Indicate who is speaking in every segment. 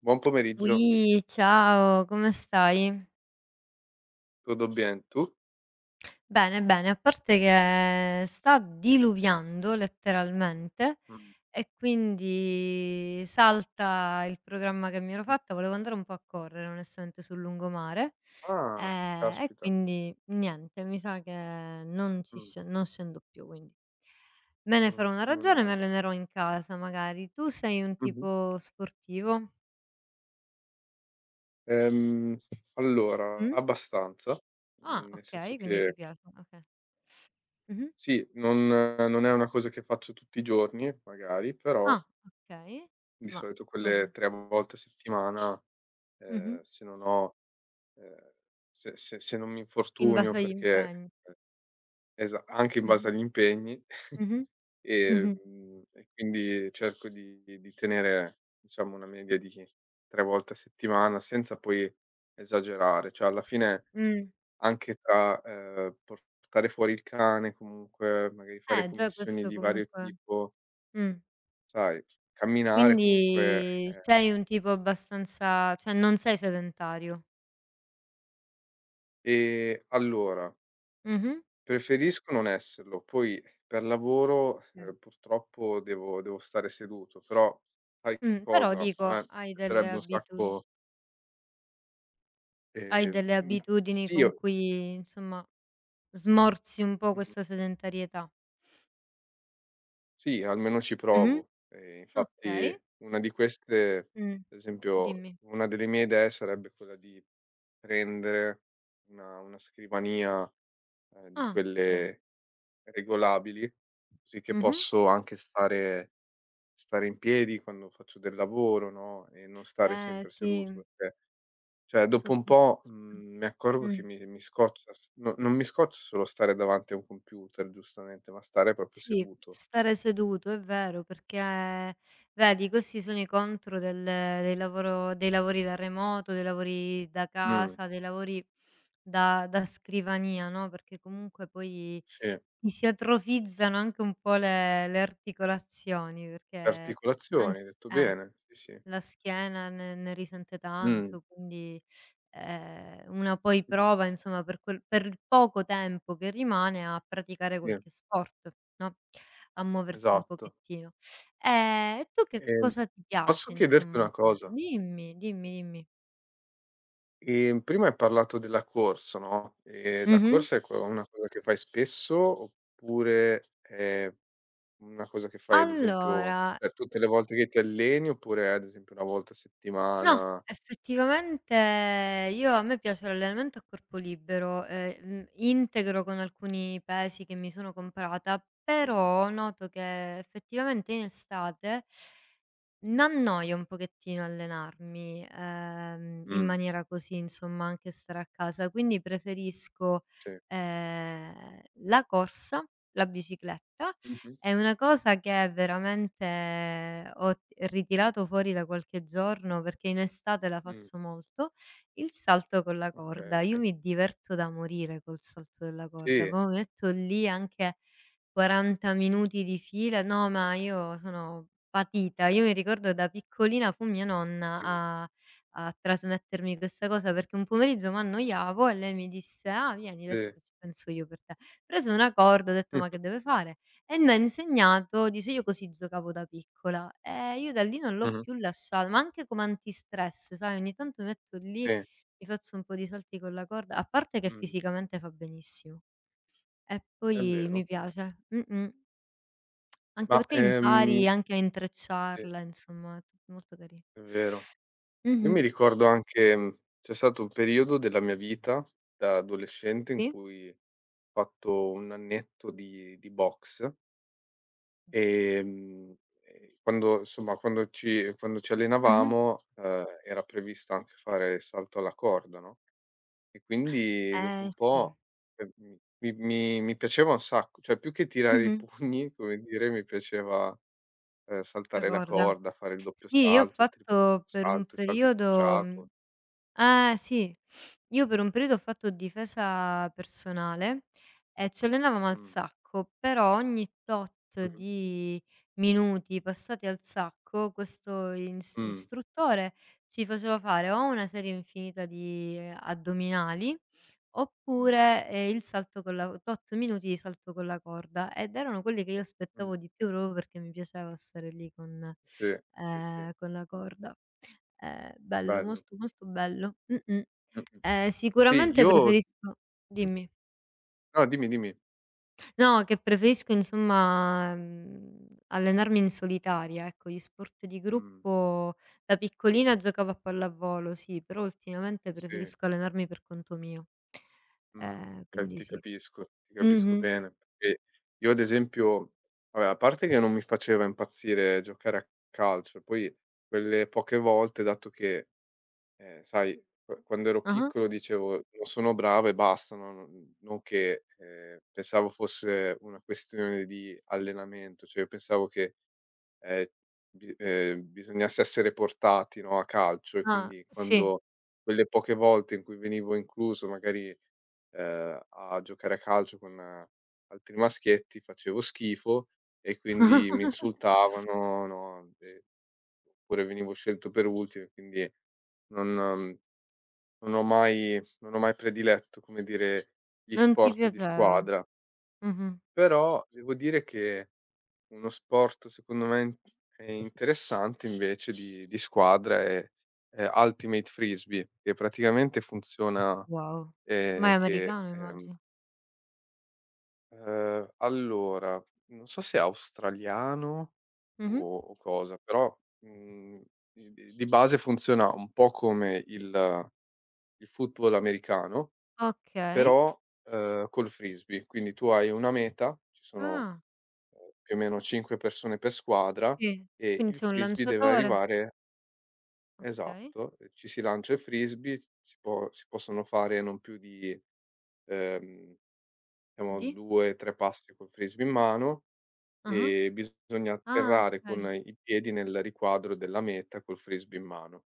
Speaker 1: Buon pomeriggio,
Speaker 2: Ui, ciao, come stai?
Speaker 1: tutto bien, tu?
Speaker 2: Bene, bene, a parte che sta diluviando letteralmente
Speaker 1: Mh.
Speaker 2: e quindi salta il programma che mi ero
Speaker 1: Mh.
Speaker 2: fatta, volevo andare un po' a correre onestamente sul lungomare,
Speaker 1: Ah,
Speaker 2: e
Speaker 1: caspita.
Speaker 2: quindi niente, mi sa che
Speaker 1: Mh,
Speaker 2: non scendo più, quindi me ne farò una ragione, mi
Speaker 1: non.
Speaker 2: allenerò in casa magari. Tu sei un
Speaker 1: Mh-mh.
Speaker 2: tipo sportivo?
Speaker 1: Ehm, allora,
Speaker 2: Mh?
Speaker 1: abbastanza,
Speaker 2: Ah,
Speaker 1: nel senso
Speaker 2: okay, quindi ti
Speaker 1: che
Speaker 2: piace, okay. Mh-mh.
Speaker 1: sì, non è una cosa che faccio tutti i giorni magari, però
Speaker 2: Ah, okay.
Speaker 1: di
Speaker 2: Ma
Speaker 1: solito
Speaker 2: cosa,
Speaker 1: quelle 3 volte a settimana,
Speaker 2: mh-mh.
Speaker 1: se non ho, ehm, se non mi
Speaker 2: In
Speaker 1: infortunio,
Speaker 2: base agli
Speaker 1: perché
Speaker 2: impegni.
Speaker 1: Esa anche in base
Speaker 2: Mh-mh.
Speaker 1: agli impegni.
Speaker 2: Mh-mh. Mh-mh.
Speaker 1: E quindi cerco di tenere, diciamo, una media di 3 volte a settimana, senza poi esagerare. Cioè, alla fine
Speaker 2: Mh.
Speaker 1: anche tra, portare fuori il cane, comunque magari fare
Speaker 2: Già
Speaker 1: commissioni
Speaker 2: questo
Speaker 1: di vario
Speaker 2: comunque,
Speaker 1: tipo,
Speaker 2: mh.
Speaker 1: sai, camminare comunque,
Speaker 2: Quindi sei un tipo abbastanza, cioè non sei sedentario.
Speaker 1: e allora.
Speaker 2: Mh-mh.
Speaker 1: Preferisco non esserlo, poi per lavoro,
Speaker 2: Mh.
Speaker 1: ehm, purtroppo devo stare seduto, però sai
Speaker 2: Però
Speaker 1: cosa, a
Speaker 2: dico,
Speaker 1: me
Speaker 2: hai delle
Speaker 1: piacerebbe un
Speaker 2: abitudini,
Speaker 1: sacco,
Speaker 2: hai
Speaker 1: ehm,
Speaker 2: delle
Speaker 1: mhmm,
Speaker 2: abitudini
Speaker 1: sì o
Speaker 2: con cui insomma smorzi un po'
Speaker 1: mh-mh,
Speaker 2: questa sedentarietà.
Speaker 1: sì, almeno ci
Speaker 2: Mh-mh.
Speaker 1: provo. Infatti
Speaker 2: Okay.
Speaker 1: una di queste,
Speaker 2: Mh.
Speaker 1: per esempio,
Speaker 2: Dimmi.
Speaker 1: una delle mie idee sarebbe quella di prendere una scrivania, di
Speaker 2: Ah, okay.
Speaker 1: quelle regolabili, così che
Speaker 2: Mh-mh.
Speaker 1: posso anche stare in piedi quando faccio del lavoro, no, e non stare
Speaker 2: Eh
Speaker 1: sempre
Speaker 2: sì,
Speaker 1: seduto perché cioè dopo un po',
Speaker 2: soprattutto.
Speaker 1: mi accorgo
Speaker 2: Mh.
Speaker 1: che mi scoccia, s no, non mi scoccia solo stare davanti a un computer giustamente, ma stare proprio
Speaker 2: Sì,
Speaker 1: seduto.
Speaker 2: stare seduto è vero, perché vedi, questi sono i contro del lavoro, dei lavori da remoto, dei lavori da
Speaker 1: Mh,
Speaker 2: casa, dei lavori da scrivania, no, perché comunque poi
Speaker 1: sì,
Speaker 2: ti si atrofizzano anche un po' le articolazioni,
Speaker 1: le
Speaker 2: perché an
Speaker 1: articolazioni, hai detto
Speaker 2: eh.
Speaker 1: bene, sì, sì.
Speaker 2: La schiena ne risente
Speaker 1: Mh,
Speaker 2: tanto, quindi, una poi
Speaker 1: mh-mh,
Speaker 2: prova insomma, per quel per il poco tempo che rimane, a praticare
Speaker 1: sì,
Speaker 2: qualche sport, no, a muoversi un
Speaker 1: esatto.
Speaker 2: pochettino. E tu che
Speaker 1: Ehm,
Speaker 2: cosa ti
Speaker 1: posso
Speaker 2: piace
Speaker 1: chiederti una
Speaker 2: insomma fa,
Speaker 1: cosa?
Speaker 2: dimmi, dimmi, dimmi.
Speaker 1: Prima hai parlato della corsa, no, la
Speaker 2: Mh-mh.
Speaker 1: corsa è co una cosa che fai spesso oppure, una cosa che fai ad esempio,
Speaker 2: Allora,
Speaker 1: tutte le volte che ti alleni oppure ad esempio 1 volta a
Speaker 2: no,
Speaker 1: settimana?
Speaker 2: effettivamente io a me piace l'allenamento a corpo libero,
Speaker 1: Mh,
Speaker 2: integro con alcuni pesi che mi sono comprata,
Speaker 1: mh,
Speaker 2: però noto che effettivamente in estate m'annoia un pochettino allenarmi, in
Speaker 1: mh,
Speaker 2: maniera così, insomma, anche stare a casa, quindi preferisco,
Speaker 1: sì.
Speaker 2: la corsa, la bicicletta.
Speaker 1: Mh-mh,
Speaker 2: È una cosa che veramente ho ritirato fuori da qualche giorno, perché in estate la
Speaker 1: mh,
Speaker 2: faccio molto. Il salto con la corda, io
Speaker 1: okay.
Speaker 2: mi diverto da morire col salto della corda,
Speaker 1: Sì,
Speaker 2: ma mi metto lì anche 40 minuti di fila no, ma io sono patita. Io mi ricordo da piccolina fu mia nonna
Speaker 1: mh,
Speaker 2: a a trasmettermi questa cosa, perché un pomeriggio m'annoiavo e lei mi disse: "Ah, vieni,
Speaker 1: sì.
Speaker 2: adesso ci penso io per te." Prese una corda, ho detto: "Ma che deve fare?" E m'ha insegnato, dice: "Io così giocavo da piccola." E io da lì non l'ho
Speaker 1: Mh-mh,
Speaker 2: più lasciata, ma anche come antistress, sai, ogni tanto mi metto lì,
Speaker 1: sì,
Speaker 2: mi faccio un po' di salti con la corda, a parte che
Speaker 1: mh,
Speaker 2: fisicamente fa benissimo e
Speaker 1: è
Speaker 2: poi
Speaker 1: vero.
Speaker 2: mi piace. Mh-mh. Anche
Speaker 1: Ma,
Speaker 2: perché impari anche a
Speaker 1: sì,
Speaker 2: intrecciarla, insomma, è tutto molto cari.
Speaker 1: è vero. Io
Speaker 2: Mh-mh.
Speaker 1: mi ricordo anche, c'è stato un periodo della mia vita da adolescente in
Speaker 2: Sì.
Speaker 1: cui ho fatto 1 annetto di boxe. Ehm, quando insomma, quando ci
Speaker 2: Mh-mh.
Speaker 1: allenavamo, era previsto anche fare il salto alla corda, no, e quindi dopo un
Speaker 2: Sì.
Speaker 1: po', ehm, mi piaceva un sacco, cioè più che tirare i
Speaker 2: Mh-mh.
Speaker 1: pugni, come dire, mi piaceva,
Speaker 2: La
Speaker 1: saltare la
Speaker 2: corda.
Speaker 1: corda, fare il doppio
Speaker 2: Sì, io ho
Speaker 1: salto, il triplo
Speaker 2: fatto per un
Speaker 1: salto, il salto
Speaker 2: periodo, mhmm
Speaker 1: incrociato.
Speaker 2: eh, sì. Io per un periodo ho fatto difesa personale e ci allenavamo al
Speaker 1: Mh.
Speaker 2: sacco, però ogni tot
Speaker 1: Mh-mh.
Speaker 2: di minuti passati al sacco, questo ins
Speaker 1: Mh,
Speaker 2: istruttore ci faceva fare o una serie infinita di addominali,
Speaker 1: mh,
Speaker 2: oppure, il salto con la tot minuti di salto con la corda, ed erano quelli che io
Speaker 1: mh.
Speaker 2: aspettavo di più proprio perché mi piaceva stare lì con,
Speaker 1: Sì, sì, sì,
Speaker 2: con la corda. Bello,
Speaker 1: bello.
Speaker 2: molto, molto bello. Mh-mh.
Speaker 1: Mh-mh. Sì,
Speaker 2: Sicuramente
Speaker 1: io.
Speaker 2: preferisco,
Speaker 1: Mh-mh.
Speaker 2: dimmi.
Speaker 1: No, dimmi, dimmi.
Speaker 2: No, che preferisco insomma, allenarmi in solitaria, ecco. Gli sport di
Speaker 1: Mh,
Speaker 2: gruppo, da piccolina giocavo a pallavolo, sì, però ultimamente
Speaker 1: sì.
Speaker 2: preferisco allenarmi per conto mio.
Speaker 1: Mh, ca
Speaker 2: Quindi sì.
Speaker 1: ti capisco
Speaker 2: Mh-mh.
Speaker 1: bene, perché io ad esempio vabbè, a parte che non mi faceva impazzire giocare a calcio, poi quelle poche volte, dato che, sai, qu quando ero
Speaker 2: Ah-ah.
Speaker 1: piccolo dicevo: "Non sono bravo e basta", no, non che, pensavo fosse una questione di allenamento, cioè io pensavo che, ehm, bi bisognasse essere portati, no, a calcio, e
Speaker 2: Ah,
Speaker 1: quindi
Speaker 2: sì.
Speaker 1: quando quelle poche volte in cui venivo incluso, magari, a giocare a calcio con, altri maschietti, facevo schifo e quindi mi insultavano, no, e oppure venivo scelto per ultimo e quindi non ehm, non ho mai prediletto, come dire, gli
Speaker 2: Non ti
Speaker 1: sport di
Speaker 2: piaceva.
Speaker 1: squadra.
Speaker 2: Mh-mh.
Speaker 1: Però devo dire che uno sport secondo me in è interessante invece di squadra è, Ultimate Frisbee, che praticamente funziona,
Speaker 2: Wow. Ma
Speaker 1: ehm,
Speaker 2: è
Speaker 1: che,
Speaker 2: americano,
Speaker 1: ehm
Speaker 2: immagino.
Speaker 1: Allora, non so se è australiano
Speaker 2: Mh-mh.
Speaker 1: o cosa, però, i di base funziona un po' come il football americano,
Speaker 2: Okay.
Speaker 1: però, col frisbee. Quindi tu hai una meta, ci sono,
Speaker 2: Ah.
Speaker 1: più o meno 5 persone per squadra
Speaker 2: Sì,
Speaker 1: e
Speaker 2: quindi
Speaker 1: il
Speaker 2: c'è un
Speaker 1: frisbee deve
Speaker 2: lanciatore,
Speaker 1: arrivare,
Speaker 2: okay,
Speaker 1: esatto, ci si lancia il frisbee, si possono fare non più di, ehm, diciamo
Speaker 2: di?
Speaker 1: 2, 3 passi col frisbee in mano
Speaker 2: Ah-ah.
Speaker 1: e bisogna
Speaker 2: Ah,
Speaker 1: atterrare
Speaker 2: okay.
Speaker 1: con i piedi nel riquadro della meta col frisbee in mano.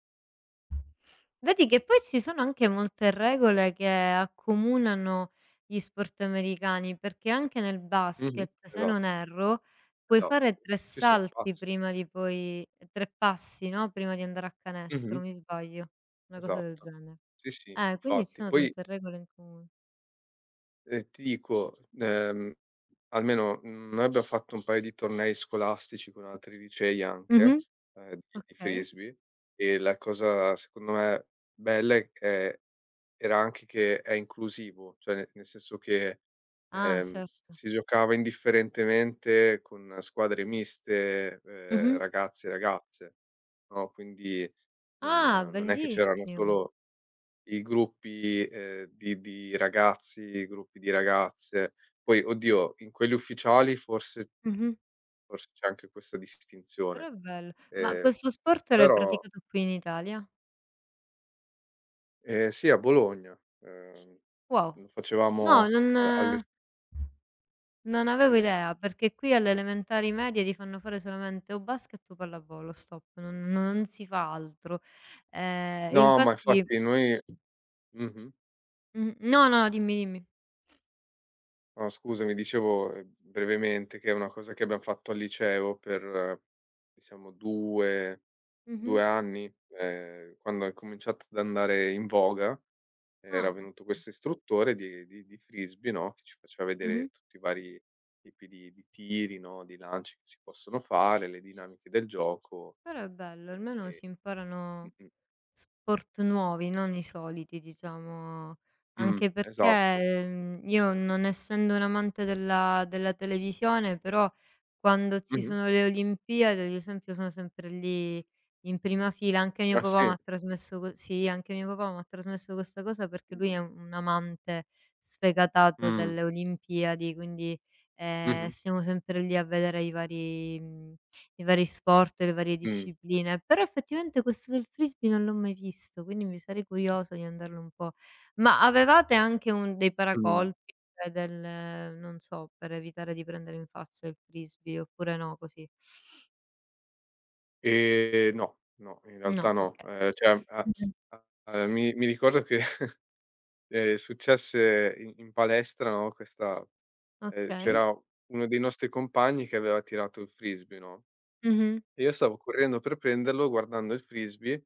Speaker 2: Vedi che poi ci sono anche molte regole che accomunano gli sport americani, perché anche nel
Speaker 1: Mh-mh,
Speaker 2: basket, se
Speaker 1: esatto,
Speaker 2: non erro, puoi fare
Speaker 1: esatto.
Speaker 2: 3
Speaker 1: Ci sono i
Speaker 2: salti
Speaker 1: passi.
Speaker 2: prima di poi 3 passi, no, prima di andare a canestro,
Speaker 1: Mh-mh,
Speaker 2: mi sbaglio? Una cosa del
Speaker 1: esatto.
Speaker 2: genere.
Speaker 1: Sì, sì,
Speaker 2: Quindi ci
Speaker 1: infatti.
Speaker 2: sono
Speaker 1: Poi,
Speaker 2: tante regole in comune.
Speaker 1: ti dico, almeno, noi abbiamo fatto un paio di tornei scolastici con altri licei anche,
Speaker 2: Mh-mh.
Speaker 1: di
Speaker 2: Okay.
Speaker 1: frisbee e la cosa secondo me bella è, era anche che è inclusivo, cioè ne nel senso che,
Speaker 2: Ah,
Speaker 1: s
Speaker 2: certo.
Speaker 1: si giocava indifferentemente con squadre miste,
Speaker 2: Mh-mh.
Speaker 1: ragazzi e ragazze, no, quindi non
Speaker 2: Ah,
Speaker 1: non è che c'erano
Speaker 2: bellissimo.
Speaker 1: solo i gruppi, di ragazzi, i gruppi di ragazze. Poi, oddio, in quelli ufficiali forse,
Speaker 2: Mh-mh.
Speaker 1: c'è anche questa
Speaker 2: Però
Speaker 1: distinzione,
Speaker 2: è bello. Ma
Speaker 1: ehm,
Speaker 2: questo sport l'hai
Speaker 1: però,
Speaker 2: praticato qui in Italia?
Speaker 1: sì, a Bologna,
Speaker 2: Wow.
Speaker 1: lo
Speaker 2: No,
Speaker 1: facevamo a alle s
Speaker 2: non avevo
Speaker 1: sì.
Speaker 2: idea, perché qui alle elementari medie ti fanno fare solamente o basket o pallavolo, stop, non si fa altro. E
Speaker 1: No, ma
Speaker 2: infatti
Speaker 1: infatti noi. Mh-mh.
Speaker 2: no, no, dimmi, dimmi.
Speaker 1: No, scusami, dicevo, brevemente, che è una cosa che abbiam fatto al liceo per, diciamo, 2,
Speaker 2: Mh-mh.
Speaker 1: 2 anni, quando è cominciato ad andare in voga, era
Speaker 2: Ah,
Speaker 1: venuto
Speaker 2: okay.
Speaker 1: questo istruttore di frisbee, no, che ci faceva
Speaker 2: Mh-mh.
Speaker 1: vedere tutti i vari tipi di tiri, no, di lanci che si possono fare, le dinamiche del gioco
Speaker 2: Però è bello,
Speaker 1: e
Speaker 2: almeno si imparano
Speaker 1: mh-mh.
Speaker 2: sport nuovi, non i soliti, diciamo, anche perché,
Speaker 1: Esatto.
Speaker 2: io non essendo un amante della televisione, però quando ci
Speaker 1: Mh-mh.
Speaker 2: sono le Olimpiadi, ad esempio, sono sempre lì in prima fila. Anche mio
Speaker 1: Ah
Speaker 2: papà
Speaker 1: sì.
Speaker 2: m'ha trasmesso co sì, anche mio papà m'ha trasmesso questa cosa perché lui
Speaker 1: Mh-mh.
Speaker 2: è un amante sfegatato
Speaker 1: Mh.
Speaker 2: delle Olimpiadi, quindi,
Speaker 1: Mh-mh.
Speaker 2: stiamo sempre lì a vedere i vari mhmm i vari sport, le varie
Speaker 1: Mh.
Speaker 2: discipline, però effettivamente questo del frisbee non l'ho mai visto, quindi mi sarei curiosa di andarlo un po'. Ma avevate anche un dei
Speaker 1: Mh.
Speaker 2: paracolpi, cioè del, non so, per evitare di prendere in faccia il frisbee oppure no, così?
Speaker 1: No, no, in realtà
Speaker 2: No,
Speaker 1: no.
Speaker 2: okay.
Speaker 1: Cioè a
Speaker 2: Mh-mh.
Speaker 1: a a mi ricordo che, successe in palestra, no, questa,
Speaker 2: Okay.
Speaker 1: c'era uno dei nostri compagni che aveva tirato il frisbee, no,
Speaker 2: Mh-mh.
Speaker 1: e io stavo correndo per prenderlo guardando il frisbee,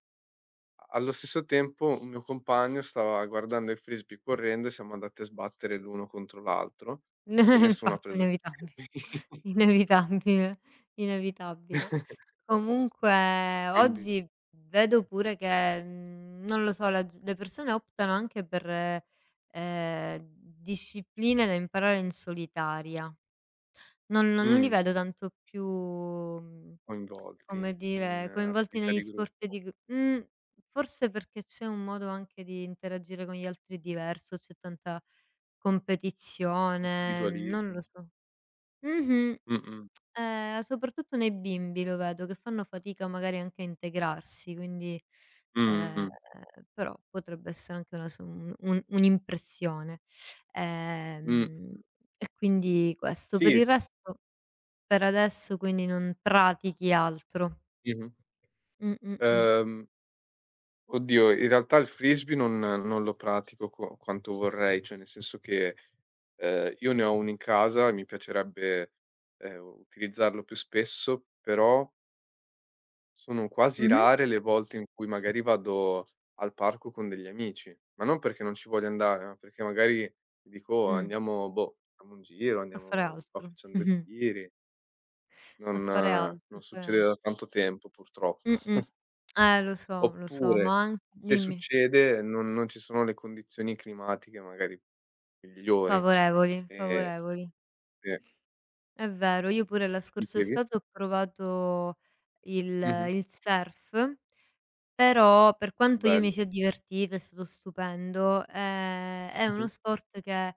Speaker 1: allo stesso tempo un mio compagno stava guardando il frisbee correndo e siamo andati a sbattere l'uno contro l'altro e nessuno ha
Speaker 2: Infatti
Speaker 1: preso il
Speaker 2: inevitabile,
Speaker 1: frisbee.
Speaker 2: inevitabile, inevitabile. Comunque
Speaker 1: Quindi,
Speaker 2: oggi vedo pure che, non lo so, la g le persone optano anche per, ehm, discipline da imparare in solitaria. Non li
Speaker 1: mh,
Speaker 2: vedo tanto più, come
Speaker 1: coinvolti in
Speaker 2: dire, coinvolti
Speaker 1: attività
Speaker 2: negli
Speaker 1: di
Speaker 2: sport
Speaker 1: gruppo.
Speaker 2: di forse perché c'è un modo anche di interagire con gli altri diverso, c'è tanta competizione, non lo
Speaker 1: Individualismo.
Speaker 2: so. Mh-mh.
Speaker 1: Mh-mh.
Speaker 2: Soprattutto nei bimbi lo vedo che fanno fatica magari anche a integrarsi, quindi, ehm,
Speaker 1: Mh,
Speaker 2: però potrebbe essere anche una so un un'impressione.
Speaker 1: mh, mh.
Speaker 2: Ehm, e quindi questo. Per
Speaker 1: Sì.
Speaker 2: il resto, per adesso quindi non pratichi altro.
Speaker 1: Mh-mh.
Speaker 2: Mh, mh, mh.
Speaker 1: Ehm, oddio, in realtà il frisbee non lo pratico qu quanto vorrei, cioè nel senso che, io ne ho 1 in casa e mi piacerebbe, utilizzarlo più spesso, però sono quasi
Speaker 2: Mh-mh.
Speaker 1: rare le volte in cui magari vado al parco con degli amici, ma non perché non ci voglio andare, ma perché magari dico: "Oh,
Speaker 2: Mh.
Speaker 1: andiamo boh, facciamo un giro,
Speaker 2: A fare
Speaker 1: andiamo di qua,
Speaker 2: altro.
Speaker 1: facciam 2
Speaker 2: Mh-mh.
Speaker 1: tiri." Non
Speaker 2: A fare altro, a
Speaker 1: non
Speaker 2: fare
Speaker 1: succede
Speaker 2: alt
Speaker 1: da tanto tempo purtroppo.
Speaker 2: mh-mh. Lo so, ma
Speaker 1: Oppure,
Speaker 2: an
Speaker 1: se
Speaker 2: dimmi.
Speaker 1: succede non ci sono le condizioni climatiche magari migliori,
Speaker 2: Favorevoli,
Speaker 1: ehm,
Speaker 2: favorevoli.
Speaker 1: sì.
Speaker 2: È vero, io pure la scorsa
Speaker 1: Dicevi?
Speaker 2: estate ho provato il
Speaker 1: Mh-mh.
Speaker 2: surf. Però, per quanto io mi
Speaker 1: Bello.
Speaker 2: sia divertita, è stato stupendo, è
Speaker 1: Mh-mh.
Speaker 2: uno sport che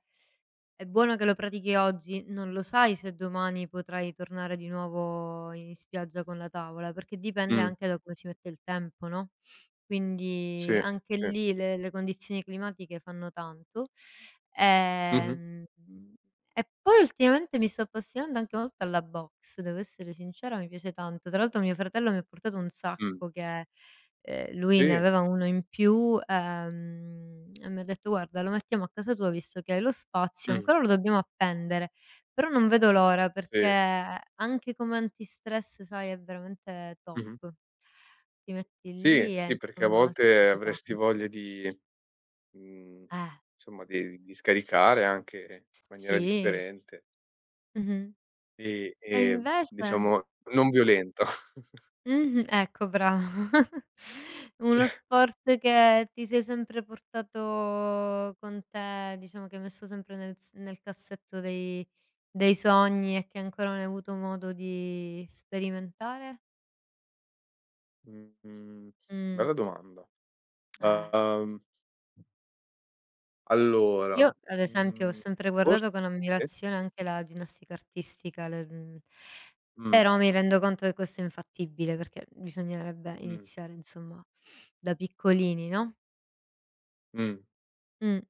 Speaker 2: è buono che lo pratichi oggi, non lo sai se domani potrai tornare di nuovo in spiaggia con la tavola, perché dipende
Speaker 1: Mh.
Speaker 2: anche da come si mette il tempo, no, quindi
Speaker 1: Sì,
Speaker 2: anche
Speaker 1: sì.
Speaker 2: lì le condizioni climatiche fanno tanto.
Speaker 1: Mh-mh.
Speaker 2: Ehm, e poi ultimamente mi sto appassionando anche molto alla boxe, devo essere sincera, mi piace tanto. Tra l'altro mio fratello mi ha portato un
Speaker 1: Mh.
Speaker 2: sacco che, lui ne
Speaker 1: Sì.
Speaker 2: aveva uno in più, e mi ha detto: "Guarda, lo mettiamo a casa tua visto che hai lo spazio,
Speaker 1: Mh.
Speaker 2: ancora lo dobbiamo appendere, però non vedo l'ora
Speaker 1: Sì.
Speaker 2: perché anche come antistress, sai, è veramente top.
Speaker 1: Mh-mh.
Speaker 2: Ti metti
Speaker 1: Sì,
Speaker 2: lì
Speaker 1: sì,
Speaker 2: e
Speaker 1: perché a
Speaker 2: insomma
Speaker 1: volte
Speaker 2: sfoghi
Speaker 1: avresti
Speaker 2: tanto".
Speaker 1: voglia di, mhmm,
Speaker 2: Eh,
Speaker 1: insomma di scaricare anche in maniera
Speaker 2: sì.
Speaker 1: differente
Speaker 2: Mh-mh.
Speaker 1: e
Speaker 2: E
Speaker 1: e
Speaker 2: invece
Speaker 1: diciamo non violenta.
Speaker 2: mh-mh, ecco bravo. Uno sport che ti sei sempre portato con te, diciamo che hai messo sempre nel s nel cassetto dei sogni e che ancora non hai avuto modo di sperimentare?
Speaker 1: Mhmm,
Speaker 2: Mh,
Speaker 1: bella domanda.
Speaker 2: eh.
Speaker 1: Uhm,
Speaker 2: Io
Speaker 1: allora,
Speaker 2: ad esempio ho
Speaker 1: mhmm,
Speaker 2: sempre
Speaker 1: forse
Speaker 2: guardato con
Speaker 1: sì.
Speaker 2: ammirazione anche la ginnastica artistica,
Speaker 1: Mh,
Speaker 2: però mi rendo conto che questo è infattibile perché bisognerebbe
Speaker 1: mh,
Speaker 2: iniziare insomma da piccolini, no?
Speaker 1: mh.
Speaker 2: Mh,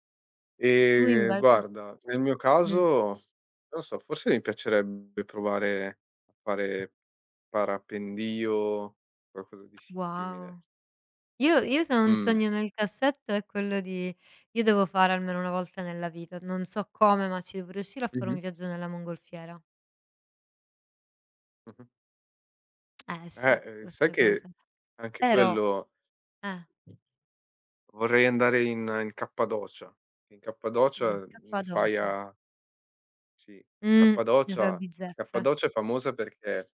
Speaker 2: tu invece?
Speaker 1: Guarda, nel mio
Speaker 2: Mh.
Speaker 1: caso, non so, forse mi piacerebbe provare a fare parapendio, qualcosa di simile.
Speaker 2: Wow. Io se ho un
Speaker 1: Mh.
Speaker 2: sogno nel cassetto è quello di, io devo fare almeno una volta nella vita, non so come, ma ci devo riuscire a fare
Speaker 1: Mh-mh.
Speaker 2: un viaggio nella mongolfiera.
Speaker 1: Mh-mh.
Speaker 2: Eh sì,
Speaker 1: Sai
Speaker 2: questa
Speaker 1: che
Speaker 2: cosa.
Speaker 1: anche
Speaker 2: Però
Speaker 1: quello
Speaker 2: eh,
Speaker 1: vorrei andare in Cappadocia. In
Speaker 2: in
Speaker 1: Cappadocia ne fai
Speaker 2: Cappadocia.
Speaker 1: a, sì,
Speaker 2: Mh, mi fai
Speaker 1: Cappadocia
Speaker 2: bizzeffe.
Speaker 1: Cappadocia è famosa perché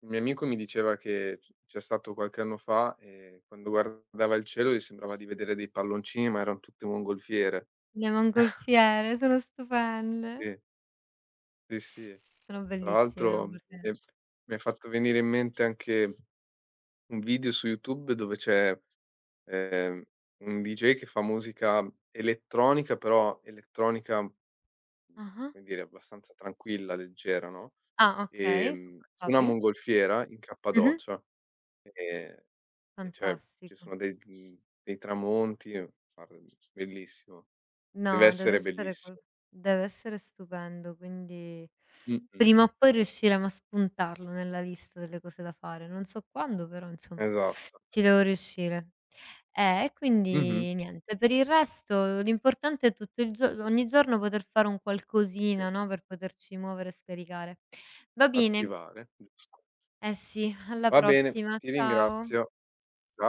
Speaker 1: un mio amico mi diceva che c'è stato qualche anno fa e quando guardava il cielo gli sembrava di vedere dei palloncini, ma eran tutte mongolfiere.
Speaker 2: Le mongolfiere sono stupende.
Speaker 1: Sì, sì, sì.
Speaker 2: Sono
Speaker 1: Tra
Speaker 2: bellissime le
Speaker 1: l'altro
Speaker 2: mongolfiere.
Speaker 1: mi hai fatto venire in mente anche un video su YouTube dove c'è, ehm, un DJ che fa musica elettronica, però elettronica.
Speaker 2: Ah-ah. Ah.
Speaker 1: Come dire, abbastanza tranquilla, leggera, no,
Speaker 2: Ah, okay,
Speaker 1: su una
Speaker 2: sopportabili.
Speaker 1: mongolfiera in
Speaker 2: Mh-mh.
Speaker 1: Cappadocia, ehm, e cioè ci
Speaker 2: Fantastico.
Speaker 1: sono degli dei tramonti, guarda, bellissimo. Deve
Speaker 2: No, deve
Speaker 1: essere
Speaker 2: essere qual,
Speaker 1: bellissimo.
Speaker 2: deve essere stupendo, quindi
Speaker 1: Mh-mh.
Speaker 2: prima o poi riusciremo a spuntarlo nella lista delle cose da fare. Non so quando, però insomma
Speaker 1: Esatto.
Speaker 2: ci devo riuscire. E
Speaker 1: Mh-mh.
Speaker 2: quindi niente, per il resto l'importante è tutto il gio, ogni giorno poter fare un
Speaker 1: Sì,
Speaker 2: qualcosina, no, per poterci muovere e scaricare. Va bene,
Speaker 1: attivare, giusto.
Speaker 2: eh sì, alla
Speaker 1: Va bene,
Speaker 2: prossima,
Speaker 1: ti
Speaker 2: ciao.
Speaker 1: ringrazio. Ciao.